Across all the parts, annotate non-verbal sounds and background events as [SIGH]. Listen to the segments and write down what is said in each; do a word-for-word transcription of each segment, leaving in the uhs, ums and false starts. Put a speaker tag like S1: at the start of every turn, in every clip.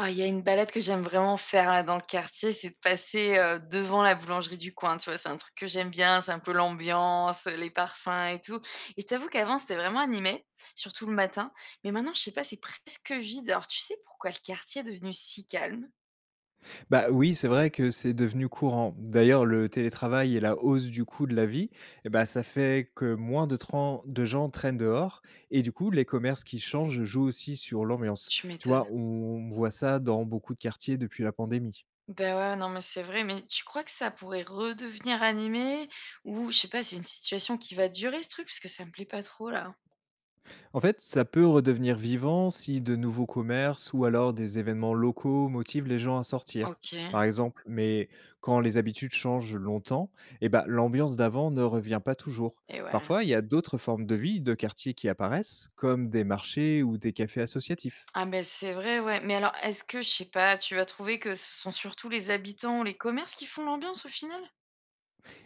S1: Ah, il y a une balade que j'aime vraiment faire là dans le quartier, c'est de passer, heu, devant la boulangerie du coin, tu vois? C'est un truc que j'aime bien, c'est un peu l'ambiance, euh, les parfums et tout et je t'avoue qu'avant c'était vraiment animé, surtout le matin, mais maintenant je sais pas, c'est presque vide. Alors tu sais pourquoi le quartier est devenu si calme?
S2: Bah, oui, c'est vrai que c'est devenu courant. D'ailleurs, le télétravail et la hausse du coût de la vie, eh bah, ça fait que moins de tran de gens traînent dehors et du coup, les commerces qui changent jouent aussi sur l'ambiance.
S1: Tu
S2: Tu
S1: m'étonnes.
S2: vois, on voit ça dans beaucoup de quartiers depuis la pandémie.
S1: Ben ouais, non, mais c'est vrai, mais tu crois que ça pourrait redevenir animé? Ou je sais pas, c'est une situation qui va durer ce truc? Parce que ça me plaît pas trop là.
S2: En fait, ça peut redevenir vivant si de nouveaux commerces ou alors des événements locaux motivent les gens à sortir,
S1: OK
S2: par exemple. Mais quand les habitudes changent longtemps, eh ben, l'ambiance d'avant ne revient pas toujours.
S1: et ouais.
S2: Parfois, il y a d'autres formes de vie de quartier qui apparaissent, comme des marchés ou des cafés associatifs.
S1: Ah ben c'est vrai, ouais. Mais alors, est-ce que, je sais pas, tu vas trouver que ce sont surtout les habitants ou les commerces qui font l'ambiance au final?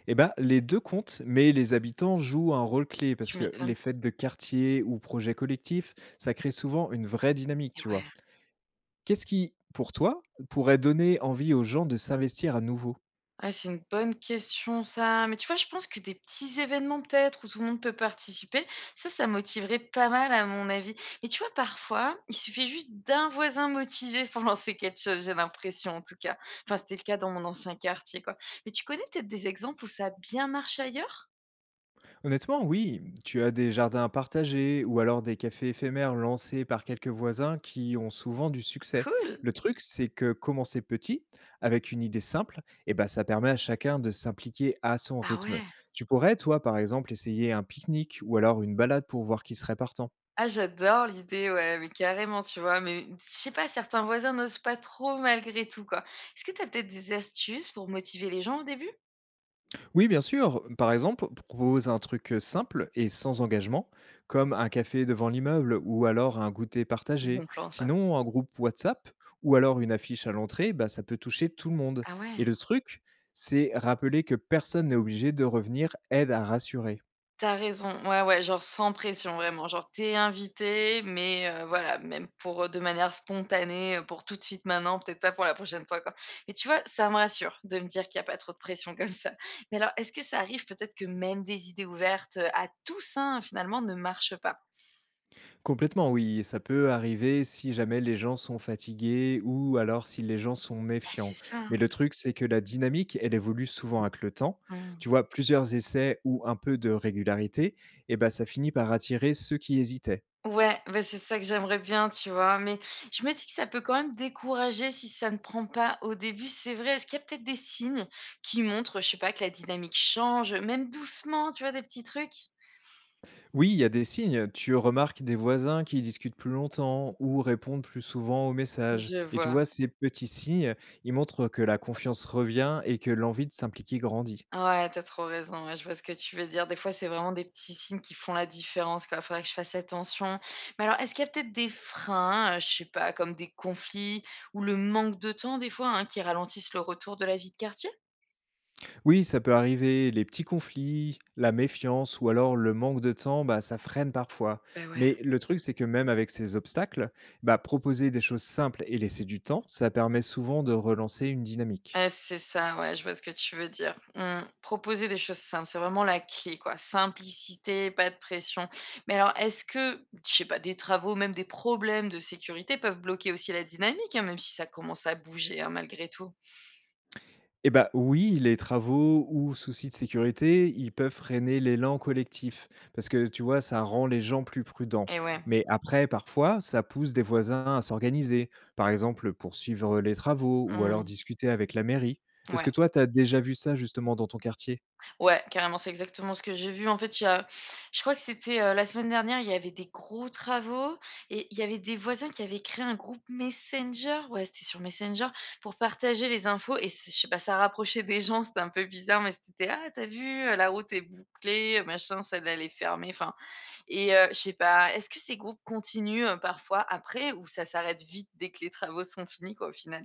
S2: Eh ben, les deux comptent, mais les habitants jouent un rôle clé parce
S1: Tu
S2: que les
S1: m'étonnes.
S2: fêtes de quartier ou projets collectifs, ça crée souvent une vraie dynamique,
S1: Et
S2: tu
S1: ouais.
S2: vois. Qu'est-ce qui, pour toi, pourrait donner envie aux gens de s'investir à nouveau?
S1: Ouais, c'est une bonne question ça. Mais tu vois, je pense que des petits événements peut-être où tout le monde peut participer, ça, ça motiverait pas mal à mon avis. Mais tu vois, parfois, il suffit juste d'un voisin motivé pour [LAUGHS] lancer quelque chose, j'ai l'impression en tout cas. Enfin, c'était le cas dans mon ancien quartier, quoi. Mais tu connais peut-être des exemples où ça a bien marché ailleurs?
S2: Honnêtement, oui, tu as des jardins partagés ou alors des cafés éphémères lancés par quelques voisins qui ont souvent du succès.
S1: Cool.
S2: Le truc, c'est que commencer petit, avec une idée simple, eh ben, ça permet à chacun de s'impliquer à son
S1: Ah
S2: rythme.
S1: ouais.
S2: Tu pourrais, toi, par exemple, essayer un pique-nique ou alors une balade pour voir qui serait partant.
S1: Ah j'adore l'idée, ouais, mais carrément, tu vois? Mais je sais pas, certains voisins n'osent pas trop malgré tout, quoi. Est-ce que tu as peut-être des astuces pour motiver les gens au début?
S2: Oui, bien sûr. Par exemple, propose un truc euh, simple et sans engagement, comme un café devant l'immeuble ou alors un goûter partagé.
S1: Bon plan ça.
S2: Sinon, un groupe WhatsApp ou alors une affiche à l'entrée, bah, ça peut toucher tout le monde.
S1: Ah ouais?
S2: Et le truc, c'est rappeler que personne n'est obligé de revenir aide à rassurer.
S1: T'as raison, ouais, ouais, genre sans pression vraiment, genre t'es invité, mais heu, voilà, même pour, heu, de manière spontanée, heu, pour tout de suite maintenant, peut-être pas pour la prochaine fois, quoi. Mais tu vois, ça me rassure de me dire qu'il y a pas trop de pression comme ça. Mais alors, est-ce que ça arrive peut-être que même des idées ouvertes, heu, à tous, hein, finalement, ne marchent pas?
S2: Complètement, oui, ça peut arriver si jamais les gens sont fatigués ou alors si les gens sont
S1: Bah, c'est
S2: méfiants.
S1: ça,
S2: Mais
S1: hein.
S2: le truc, c'est que la dynamique, elle évolue souvent avec le temps.
S1: Mmh.
S2: Tu vois, plusieurs essais ou un peu de régularité, et ben ça finit par attirer ceux qui hésitaient.
S1: Ouais, bah, c'est ça que j'aimerais bien, tu vois? Mais je me dis que ça peut quand même décourager si ça ne prend pas au début, c'est vrai. Est-ce qu'il y a peut-être des signes qui montrent, je sais pas, que la dynamique change, même doucement, tu vois, des petits trucs?
S2: Oui, il y a des signes. Tu remarques des voisins qui discutent plus longtemps ou répondent plus souvent aux messages.
S1: Je
S2: Et tu
S1: vois.
S2: vois, ces petits signes, ils montrent que la confiance revient et que l'envie de s'impliquer grandit.
S1: Ouais, tu trop raison, ouais, je vois ce que tu veux dire. Des fois, c'est vraiment des petits signes qui font la différence, quoi. Faudrait que je fasse attention. Mais alors, est-ce qu'il y a peut-être des freins, euh, je sais pas, comme des conflits ou le manque de temps, des fois, hein, qui ralentissent le retour de la vie de quartier?
S2: Oui, ça peut arriver. Les petits conflits, la méfiance ou alors le manque de temps, bah, ça freine parfois.
S1: Bah ouais.
S2: Mais le truc, c'est que même avec ces obstacles, bah, proposer des choses simples et laisser du temps, ça permet souvent de relancer une dynamique.
S1: Heu, c'est ça, ouais, je vois ce que tu veux dire. Mmh, proposer des choses simples, c'est vraiment la clé, quoi. Simplicité, pas de pression. Mais alors, est-ce que, je sais pas, des travaux, même des problèmes de sécurité peuvent bloquer aussi la dynamique, hein, même si ça commence à bouger, hein, malgré tout?
S2: Eh ben oui, les travaux ou soucis de sécurité, ils peuvent freiner l'élan collectif parce que, tu vois, ça rend les gens plus prudents.
S1: Et ouais.
S2: Mais après, parfois, ça pousse des voisins à s'organiser, par exemple pour suivre les travaux ou alors
S1: Mmh,
S2: discuter avec la mairie. Est-ce que
S1: ouais.
S2: toi, tu as déjà vu ça justement dans ton quartier?
S1: Ouais, carrément, c'est exactement ce que j'ai vu. En fait, il y a je crois que c'était, heu, la semaine dernière, il y avait des gros travaux et il y avait des voisins qui avaient créé un groupe Messenger, ouais, c'était sur Messenger, pour partager les infos et c'est je sais pas, ça rapprochait des gens, c'était un peu bizarre, mais c'était: «Ah, t'as vu, heu, la route est bouclée, heu, machin, celle-là, elle est fermée», enfin et heu, je sais pas, est-ce que ces groupes continuent, heu, parfois après ou ça s'arrête vite dès que les travaux sont finis, quoi, au final?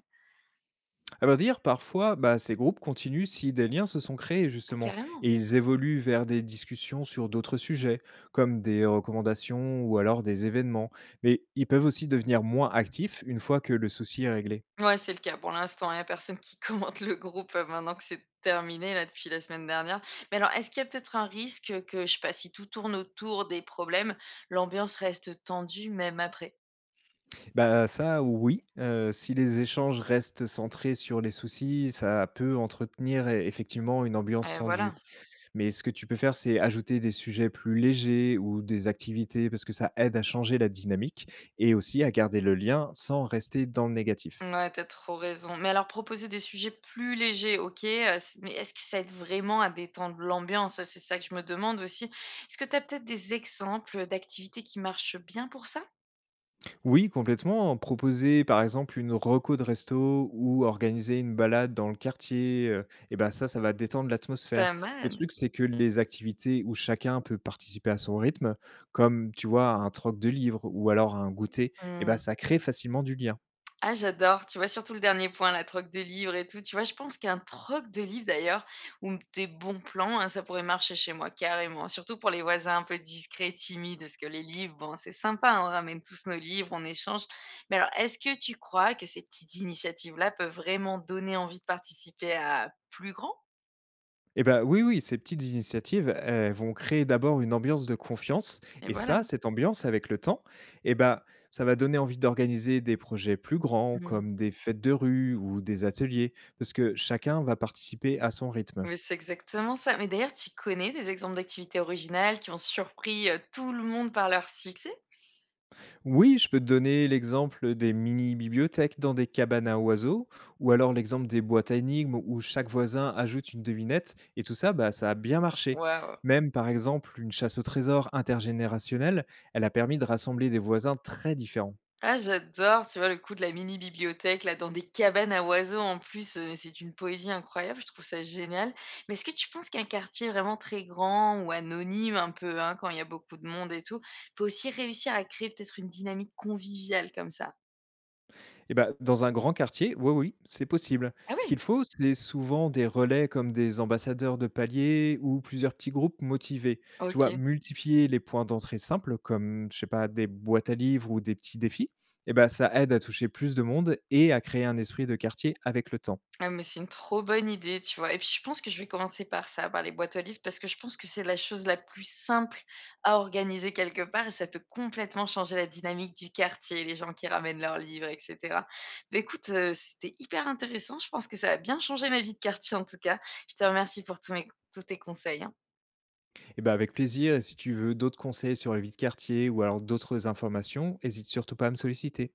S2: À vrai dire, parfois, bah, ces groupes continuent si des liens se sont créés,
S1: Ah,
S2: justement,
S1: carrément!
S2: et ils évoluent vers des discussions sur d'autres sujets, comme des recommandations ou alors des événements. Mais ils peuvent aussi devenir moins actifs une fois que le souci est réglé.
S1: Ouais, c'est le cas pour l'instant. Il y a personne qui [LAUGHS] commente le groupe, heu, maintenant que c'est terminé là depuis la semaine dernière. Mais alors est-ce qu'il y a peut-être un risque, que je sais pas, si tout tourne autour des problèmes, l'ambiance reste tendue même après?
S2: Bah ça, oui, euh, si les échanges restent centrés sur les soucis, ça peut entretenir e- effectivement une ambiance
S1: Et voilà.
S2: tendue. Mais ce que tu peux faire, c'est ajouter des sujets plus légers ou des activités parce que ça aide à changer la dynamique et aussi à garder le lien sans rester dans le négatif.
S1: Ouais, tu as trop raison. Mais alors proposer des sujets plus légers, OK, heu, s mais est-ce que ça aide vraiment à détendre l'ambiance? Ça, c'est ça que je me demande aussi. Est-ce que t'as peut-être des exemples, d'activités qui marchent bien pour ça?
S2: Oui, complètement. Proposer par exemple une reco de resto ou organiser une balade dans le quartier, heu, et ben ça, ça va détendre l'atmosphère.
S1: Pas
S2: Le
S1: mal.
S2: truc, c'est que les activités où chacun peut participer à son rythme, comme tu vois un troc de livres ou alors un goûter, et ben
S1: Mmh.
S2: ça crée facilement du lien.
S1: Ah j'adore, tu vois? Surtout le dernier point, la troc de livres et tout, tu vois? Je pense qu'un troc de livres d'ailleurs ou des bons plans, hein, ça pourrait marcher chez moi carrément, surtout pour les voisins un peu discrets, timides, parce que les livres, bon, c'est sympa, hein, on ramène tous nos livres, on échange. Mais alors est-ce que tu crois que ces petites initiatives-là peuvent vraiment donner envie de participer à plus grand?
S2: Eh ben oui, oui, ces petites initiatives, elles vont créer d'abord une ambiance de confiance
S1: Et
S2: et
S1: voilà.
S2: ça, cette ambiance avec le temps, eh ben ça va donner envie d'organiser des projets plus grands
S1: Mmh.
S2: comme des fêtes de rue ou des ateliers parce que chacun va participer à son rythme.
S1: Mais c'est exactement ça. Mais d'ailleurs, tu connais des exemples d'activités originales qui ont surpris, heu, tout le monde par leur succès?
S2: Oui, je peux te donner l'exemple des mini-bibliothèques dans des cabanes à oiseaux, ou alors l'exemple des boîtes à énigmes où chaque voisin ajoute une devinette, et tout ça, bah, ça a bien marché.
S1: Waouh!
S2: Même par exemple, une chasse au trésor intergénérationnelle, elle a permis de rassembler des voisins très différents.
S1: Ah j'adore, tu vois le coup de la mini bibliothèque là dans des cabanes à oiseaux en plus, heu, c'est une poésie incroyable, je trouve ça génial. Mais est-ce que tu penses qu'un quartier vraiment très grand ou anonyme un peu, hein, quand il y a beaucoup de monde et tout, peut aussi réussir à créer peut-être une dynamique conviviale comme ça?
S2: Et ben dans un grand quartier, oui, oui, c'est possible.
S1: Ah
S2: Ce qu'il
S1: oui?
S2: faut, c'est souvent des relais comme des ambassadeurs de palier ou plusieurs petits groupes motivés. Tu vois,
S1: OK.
S2: multiplier les points d'entrée simples comme, je sais pas, des boîtes à livres ou des petits défis, et ben ça aide à toucher plus de monde et à créer un esprit de quartier avec le temps.
S1: Ah mais c'est une trop bonne idée, tu vois? Et puis je pense que je vais commencer par ça, par les boîtes aux livres, parce que je pense que c'est la chose la plus simple à organiser quelque part et ça peut complètement changer la dynamique du quartier, les gens qui ramènent leurs livres, et cetera. Beh, écoute, heu, c'était hyper intéressant. Je pense que ça a bien changé ma vie de quartier en tout cas. Je te remercie pour tous mes tous tes conseils, hein.
S2: Et ben avec plaisir, et si tu veux d'autres conseils sur la vie de quartier ou alors d'autres informations, hésite surtout pas à me solliciter.